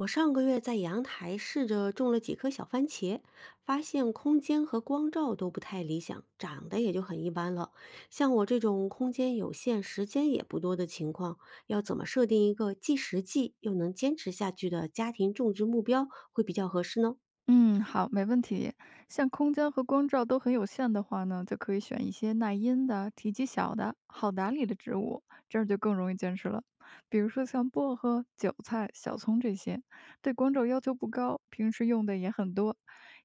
我上个月在阳台试着种了几颗小番茄，发现空间和光照都不太理想，长得也就很一般了。像我这种空间有限、时间也不多的情况，要怎么设定一个既实际又能坚持下去的家庭种植目标会比较合适呢？嗯，好，没问题。像空间和光照都很有限的话呢，就可以选一些耐阴的、体积小的、好打理的植物，这样就更容易坚持了。比如说像薄荷、韭菜、小葱这些，对光照要求不高，平时用的也很多。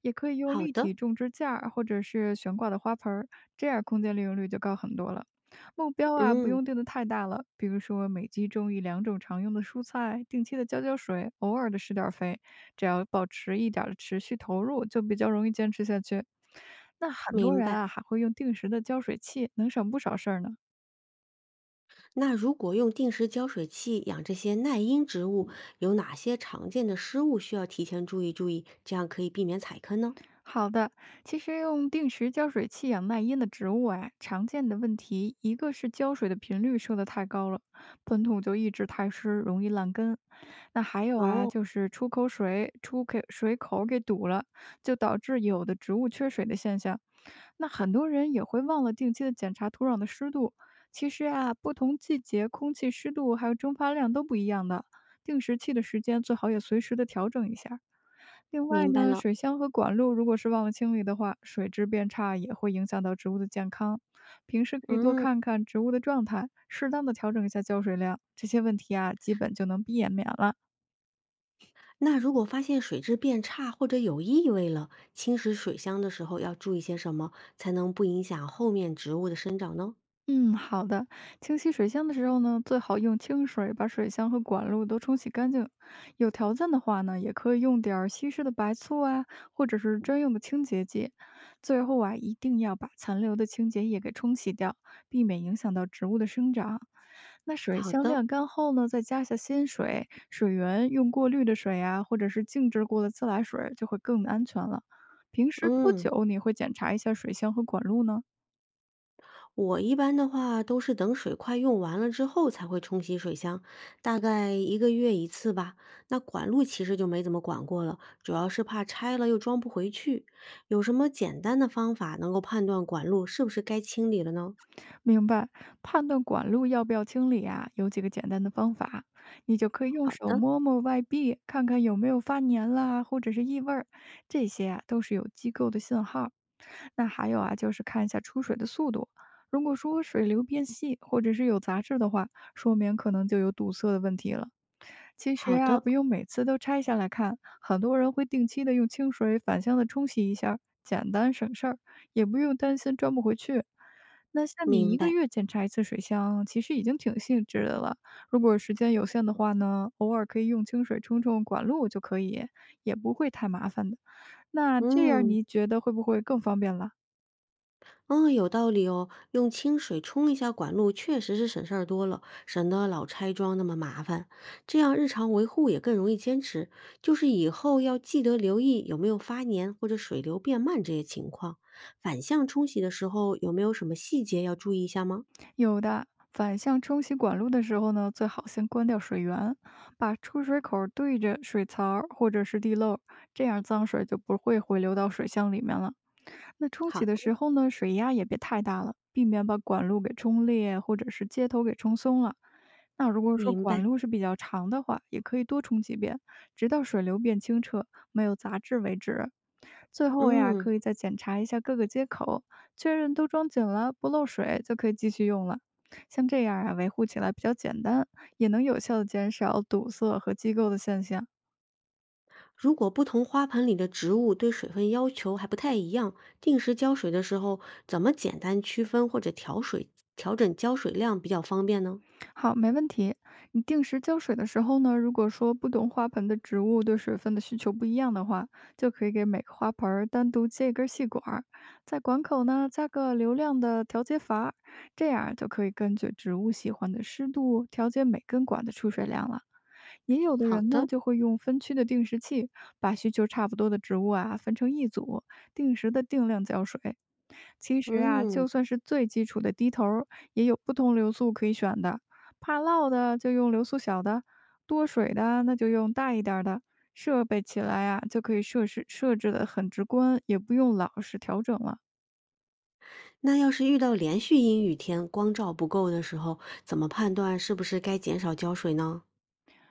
也可以用好立的，体种植架儿或者是悬挂的花盆儿，这样空间利用率就高很多了。目标啊，不嗯，用定的太大了，比如说每季种一两种常用的蔬菜，定期的浇浇水，偶尔的施点儿肥，只要保持一点儿的持续投入，就比较容易坚持下去。那很多明人白。啊，还会用定时的浇水器，能省不少事儿呢。那如果用定时浇水器养这些耐阴植物，有哪些常见的失误需要提前注意，这样可以避免踩坑呢？好的，其实用定时浇水器养耐阴的植物啊，常见的问题一个是浇水的频率设得太高了，盆土就一直太湿，容易烂根。那还有啊，哦，就是出口水出给水口给堵了，就导致有的植物缺水的现象。那很多人也会忘了定期的检查土壤的湿度。其实啊，不同季节空气湿度还有蒸发量都不一样的，定时器的时间最好也随时的调整一下。另外明白呢，了。水箱和管路如果是忘了清理的话，水质变差也会影响到植物的健康。平时可以多嗯，看看植物的状态，适当的调整一下浇水量，这些问题啊，基本就能避免了。那如果发现水质变差或者有异味了，清洗水箱的时候要注意些什么，才能不影响后面植物的生长呢？嗯，好的。清洗水箱的时候呢，最好用清水把水箱和管路都冲洗干净。有条件的话呢，也可以用点儿稀释的白醋啊，或者是专用的清洁剂。最后啊，一定要把残留的清洁液给冲洗掉，避免影响到植物的生长。那水好箱的，晾干后呢，再加下新水，水源用过滤的水啊，或者是静置过的自来水，就会更安全了。平时多嗯，久你会检查一下水箱和管路呢？我一般的话都是等水快用完了之后才会冲洗水箱，大概一个月一次吧。那管路其实就没怎么管过了，主要是怕拆了又装不回去。有什么简单的方法能够判断管路是不是该清理了呢？明白，判断管路要不要清理啊，有几个简单的方法，你就可以用好手的，摸摸外壁，看看有没有发粘啦，或者是异味儿，这些啊都是有机构的信号。那还有啊，就是看一下出水的速度。如果说水流变细，或者是有杂质的话，说明可能就有堵塞的问题了。其实好啊，的，不用每次都拆下来看，很多人会定期的用清水反向的冲洗一下，简单省事儿，也不用担心装不回去。那像你明一个白。月检查一次水箱，其实已经挺细致的了。如果时间有限的话呢，偶尔可以用清水冲冲管路就可以，也不会太麻烦的。那这样嗯。你觉得会不会更方便了？嗯，有道理哦。用清水冲一下管路，确实是省事儿多了，省得老拆装那么麻烦。这样日常维护也更容易坚持。就是以后要记得留意有没有发粘或者水流变慢这些情况。反向冲洗的时候，有没有什么细节要注意一下吗？有的，反向冲洗管路的时候呢，最好先关掉水源，把出水口对着水槽儿或者是地漏，这样脏水就不会回流到水箱里面了。那冲好洗的的，时候呢，水压也别太大了，避免把管路给冲裂或者是接头给冲松了。那如果说明管白。路是比较长的话，也可以多冲几遍，直到水流变清澈、没有杂质为止。最后呀，嗯，可以再检查一下各个接口，确认都装紧了，不漏水，就可以继续用了。像这样啊，维护起来比较简单，也能有效的减少堵塞和机构的现象。如果不同花盆里的植物对水分要求还不太一样，定时浇水的时候，怎么简单区分或者调水、调整浇水量比较方便呢？好，没问题。你定时浇水的时候呢，如果说不同花盆的植物对水分的需求不一样的话，就可以给每个花盆儿单独接一根细管儿，在管口呢加个流量的调节阀儿这样就可以根据植物喜欢的湿度调节每根管的出水量了。也有的好人呢，的。就会用分区的定时器，把需求差不多的植物啊分成一组，定时的定量浇水。其实啊，嗯，就算是最基础的滴头儿，也有不同流速可以选的。怕涝的就用流速小的，多水的那就用大一点儿的。设备起来啊，就可以设置的很直观，也不用老是调整了。那要是遇到连续阴雨天，光照不够的时候，怎么判断是不是该减少浇水呢？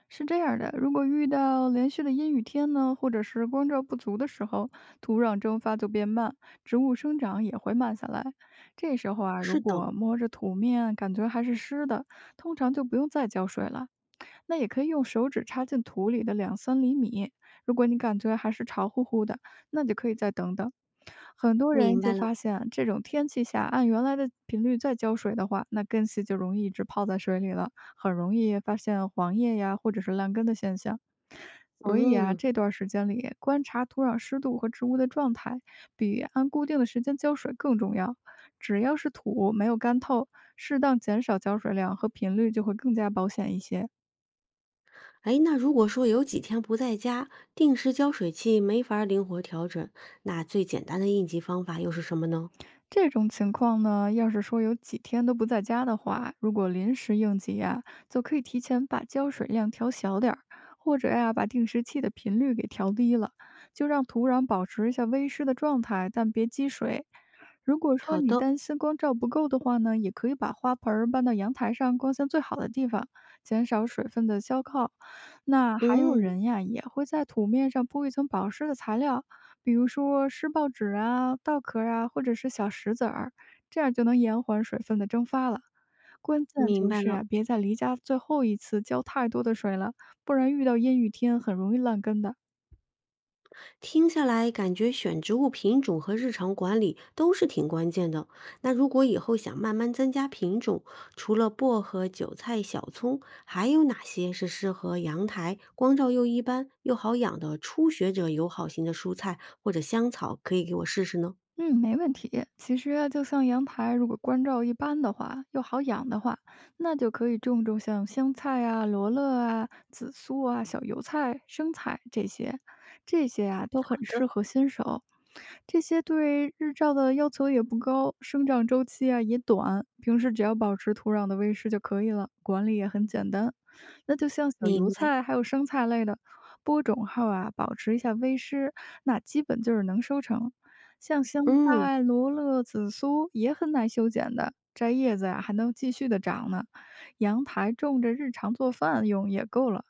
是这样的，如果遇到连续的阴雨天呢，或者是光照不足的时候，土壤蒸发就变慢，植物生长也会慢下来。这时候啊，如是的，果摸着土面感觉还是湿的，通常就不用再浇水了。那也可以用手指插进土里的两三厘米，如果你感觉还是潮乎乎的，那就可以再等等。很多人明白就了。发现，这种天气下按原来的频率再浇水的话，那根系就容易一直泡在水里了。很容易发现黄叶呀或者是烂根的现象。所以啊，嗯，这段时间里观察土壤湿度和植物的状态，比按固定的时间浇水更重要。只要是土没有干透，适当减少浇水量和频率就会更加保险一些。哎，那如果说有几天不在家，定时浇水器没法儿灵活调整，那最简单的应急方法又是什么呢？这种情况呢，要是说有几天都不在家的话，如果临时应急呀、就可以提前把浇水量调小点儿，或者呀、把定时器的频率给调低了，就让土壤保持一下微湿的状态，但别积水。如果说好你的，担心光照不够的话呢，也可以把花盆儿搬到阳台上光线最好的地方，减少水分的消耗。那还有嗯，人呀，也会在土面上铺一层保湿的材料，比如说湿报纸啊、稻壳啊，或者是小石子儿，这样就能延缓水分的蒸发了。关键明就白是啊，了。别在离家最后一次浇太多的水了，不然遇到阴雨天很容易烂根的。听下来，感觉选植物品种和日常管理都是挺关键的。那如果以后想慢慢增加品种，除了薄荷、韭菜、小葱，还有哪些是适合阳台、光照又一般又好养的初学者友好型的蔬菜或者香草，可以给我试试呢？嗯，没问题。其实啊，就像阳台，如果光照一般的话，又好养的话，那就可以种种像香菜啊、罗勒啊、紫苏啊、小油菜、生菜这些，这些啊都很适合新手。这些对日照的要求也不高，生长周期啊也短，平时只要保持土壤的微湿就可以了，管理也很简单。那就像小油明白，菜还有生菜类的，播种后啊，保持一下微湿，那基本就是能收成。像香嗯，菜、罗勒、紫苏也很难修剪的，摘叶子呀、还能继续的长呢。阳台种着，日常做饭用也够了。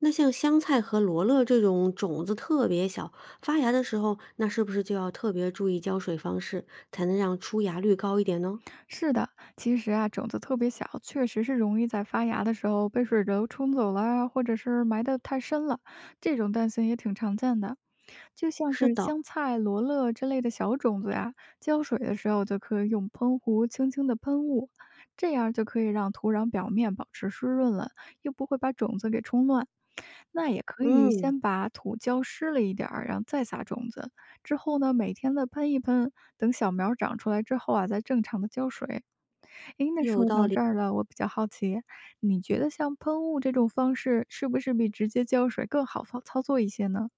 那像香菜和罗勒这种种子特别小，发芽的时候，那是不是就要特别注意浇水方式，才能让出芽率高一点呢？是的，其实啊，种子特别小，确实是容易在发芽的时候被水流冲走了啊或者是埋得太深了，这种担心也挺常见的。就像是是的，香菜、罗勒之类的小种子呀，浇水的时候就可以用喷壶轻轻的喷雾，这样就可以让土壤表面保持湿润了，又不会把种子给冲乱。那也可以嗯。先把土浇湿了一点儿，然后再撒种子。之后呢，每天的喷一喷，等小苗长出来之后啊，再正常的浇水。诶，那说到这儿了，我比较好奇，你觉得像喷雾这种方式，是不是比直接浇水更好操作一些呢？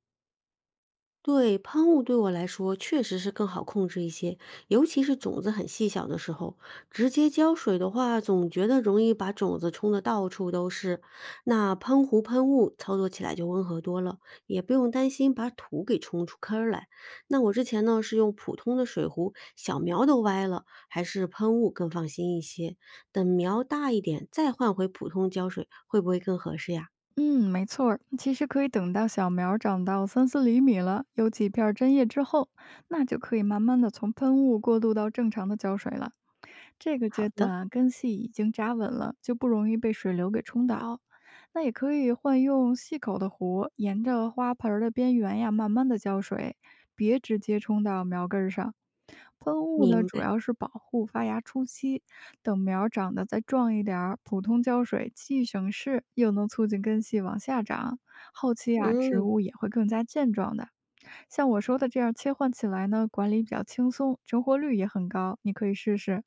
对，喷雾对我来说确实是更好控制一些，尤其是种子很细小的时候，直接浇水的话，总觉得容易把种子冲得到处都是。那喷壶喷雾操作起来就温和多了，也不用担心把土给冲出坑儿来。那我之前呢是用普通的水壶，小苗都歪了，还是喷雾更放心一些。等苗大一点再换回普通浇水，会不会更合适呀？嗯，没错儿其实可以等到小苗儿长到三四厘米了，有几片儿针叶之后，那就可以慢慢的从喷雾过渡到正常的浇水了。这个阶好的，段啊，根系已经扎稳了，就不容易被水流给冲倒。那也可以换用细口的壶，沿着花盆儿的边缘呀，慢慢的浇水，别直接冲到苗根儿上。喷雾呢，明主白。要是保护发芽初期，等苗儿长得再壮一点儿，普通浇水既省事，又能促进根系往下长。后期啊，植嗯。物也会更加健壮的。像我说的这样切换起来呢，管理比较轻松，成活率也很高，你可以试试。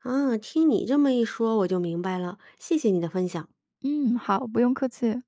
啊，听你这么一说，我就明白了，谢谢你的分享。嗯，好，不用客气。